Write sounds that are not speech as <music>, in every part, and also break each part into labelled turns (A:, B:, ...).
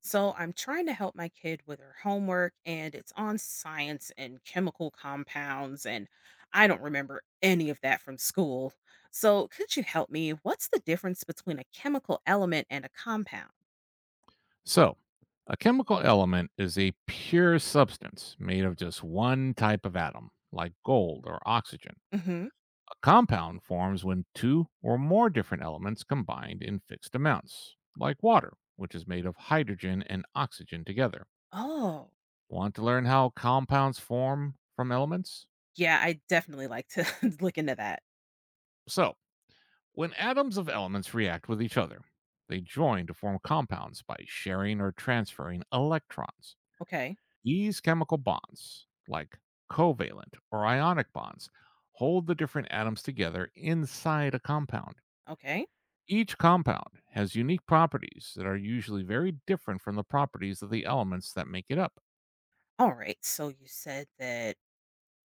A: So I'm trying to help my kid with her homework and it's on science and chemical compounds and I don't remember any of that from school. So could you help me? What's the difference between a chemical element and a compound?
B: So, a chemical element is a pure substance made of just one type of atom, like gold or oxygen.
A: Hmm.
B: A compound forms when two or more different elements combined in fixed amounts, like water, which is made of hydrogen and oxygen together.
A: Oh,
B: Want to learn how compounds form from elements?
A: yeah, I definitely like to <laughs> look into that.
B: So, when atoms of elements react with each other, they join to form compounds by sharing or transferring electrons.
A: Okay.
B: These chemical bonds, like covalent or ionic bonds, hold the different atoms together inside a compound.
A: Okay.
B: Each compound has unique properties that are usually very different from the properties of the elements that make it up.
A: All right. So you said that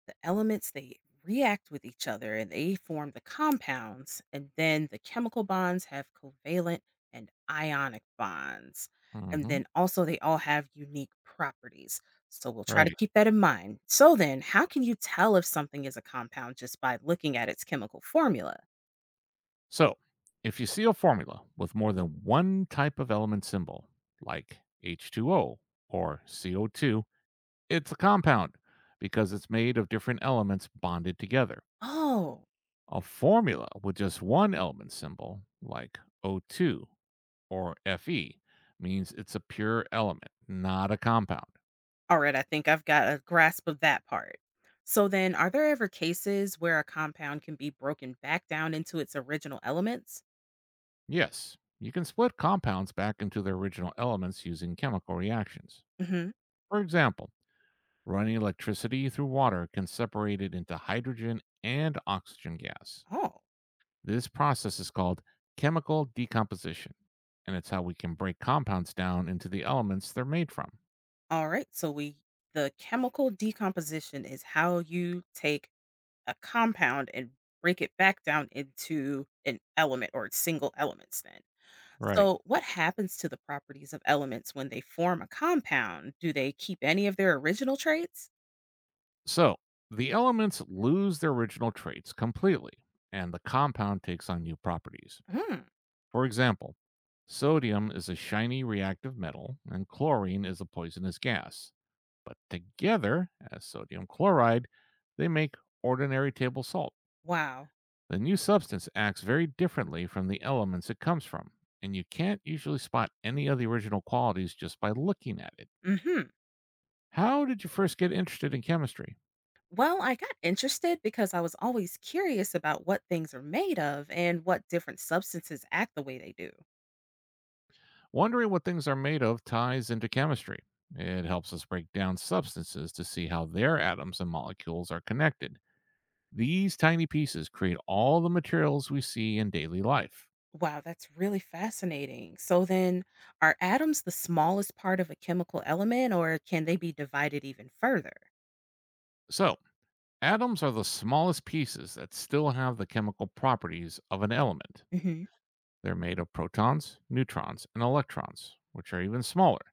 A: the elements they react with each other and they form the compounds, and then the chemical bonds have covalent and ionic bonds. And
B: Hmm.
A: then also, they all have unique properties. So we'll try to
B: Right.
A: keep that in mind. So then, how can you tell if something is a compound just by looking at its chemical formula?
B: So, if you see a formula with more than one type of element symbol, like H2O or CO2, it's a compound because it's made of different elements bonded together.
A: Oh,
B: A formula with just one element symbol, like 0 or Fe, means it's a pure element, not a compound.
A: all right. I think I've got a grasp of that part. So then, are there ever cases where a compound can be broken back down into its original elements?
B: Yes, you can split compounds back into their original elements using chemical reactions.
A: Hmm.
B: For example, running electricity through water can separate it into hydrogen and oxygen gas.
A: Oh.
B: This process is called chemical decomposition, and it's how we can break compounds down into the elements they're made from.
A: All right. So we the chemical decomposition is how you take a compound and break it back down into an element or its single elements then.
B: Right.
A: So what happens to the properties of elements when they form a compound? Do they keep any of their original traits?
B: So the elements lose their original traits completely, and the compound takes on new properties.
A: Hmm.
B: For example, sodium is a shiny reactive metal, and chlorine is a poisonous gas. But together, as sodium chloride, they make ordinary table salt.
A: Wow.
B: The new substance acts very differently from the elements it comes from, and you can't usually spot any of the original qualities just by looking at it.
A: Hmm.
B: How did you first get interested in chemistry?
A: Well, I got interested because I was always curious about what things are made of and what different substances act the way they do.
B: Wondering what things are made of ties into chemistry. It helps us break down substances to see how their atoms and molecules are connected. These tiny pieces create all the materials we see in daily life.
A: Wow, that's really fascinating. So then, are atoms the smallest part of a chemical element, or can they be divided even further?
B: So, atoms are the smallest pieces that still have the chemical properties of an element.
A: Hmm.
B: They're made of protons, neutrons, and electrons, which are even smaller.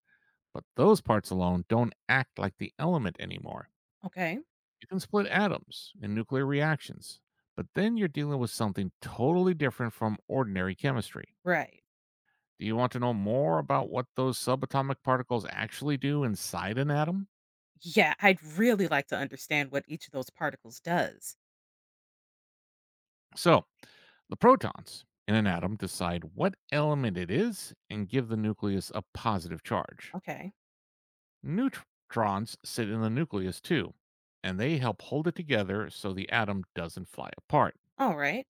B: But those parts alone don't act like the element anymore.
A: Okay,
B: You can split atoms in nuclear reactions, but then you're dealing with something totally different from ordinary chemistry.
A: right.
B: Do you want to know more about what those subatomic particles actually do inside an atom?
A: Yeah, I'd really like to understand what each of those particles does.
B: So, the protons in an atom decide what element it is and give the nucleus a positive charge.
A: Okay,
B: Neutrons sit in the nucleus too, and they help hold it together so the atom doesn't fly apart.
A: all right,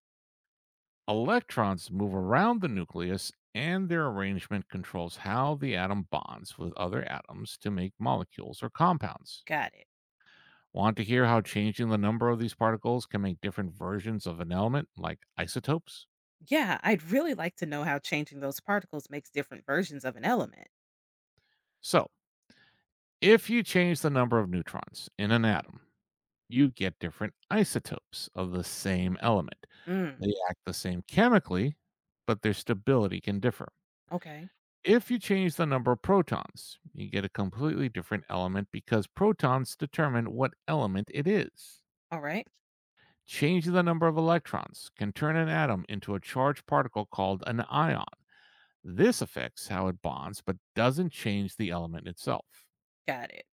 B: Electrons move around the nucleus, and their arrangement controls how the atom bonds with other atoms to make molecules or compounds.
A: got it.
B: Want to hear how changing the number of these particles can make different versions of an element, like isotopes?
A: Yeah, I'd really like to know how changing those particles makes different versions of an element.
B: So, if you change the number of neutrons in an atom, you get different isotopes of the same element.
A: Mm,
B: They act the same chemically, but their stability can differ.
A: okay,
B: If you change the number of protons, you get a completely different element because protons determine what element it is.
A: all right,
B: Changing the number of electrons can turn an atom into a charged particle called an ion. This affects how it bonds but doesn't change the element itself.
A: got it.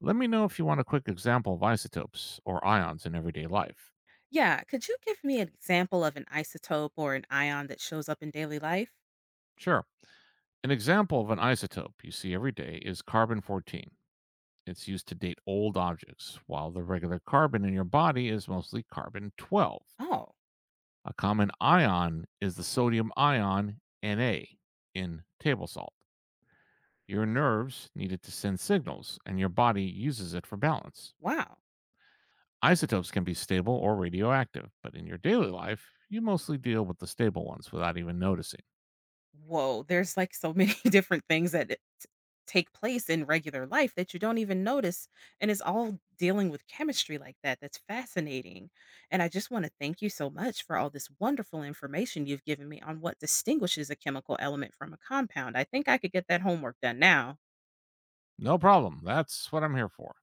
B: Let me know if you want a quick example of isotopes or ions in everyday life.
A: Yeah, could you give me an example of an isotope or an ion that shows up in daily life?
B: Sure. An example of an isotope you see every day is carbon 14. It's used to date old objects, while the regular carbon in your body is mostly carbon 12.
A: Oh,
B: A common ion is the sodium ion Na in table salt. Your nerves need it to send signals, and your body uses it for balance.
A: wow.
B: Isotopes can be stable or radioactive, but in your daily life, you mostly deal with the stable ones without even noticing.
A: Whoa, there's like so many <laughs> different things that it take place in regular life that you don't even notice. And it's all dealing with chemistry like that. That's fascinating. And I just want to thank you so much for all this wonderful information you've given me on what distinguishes a chemical element from a compound. I think I could get that homework done now.
B: No problem. That's what I'm here for.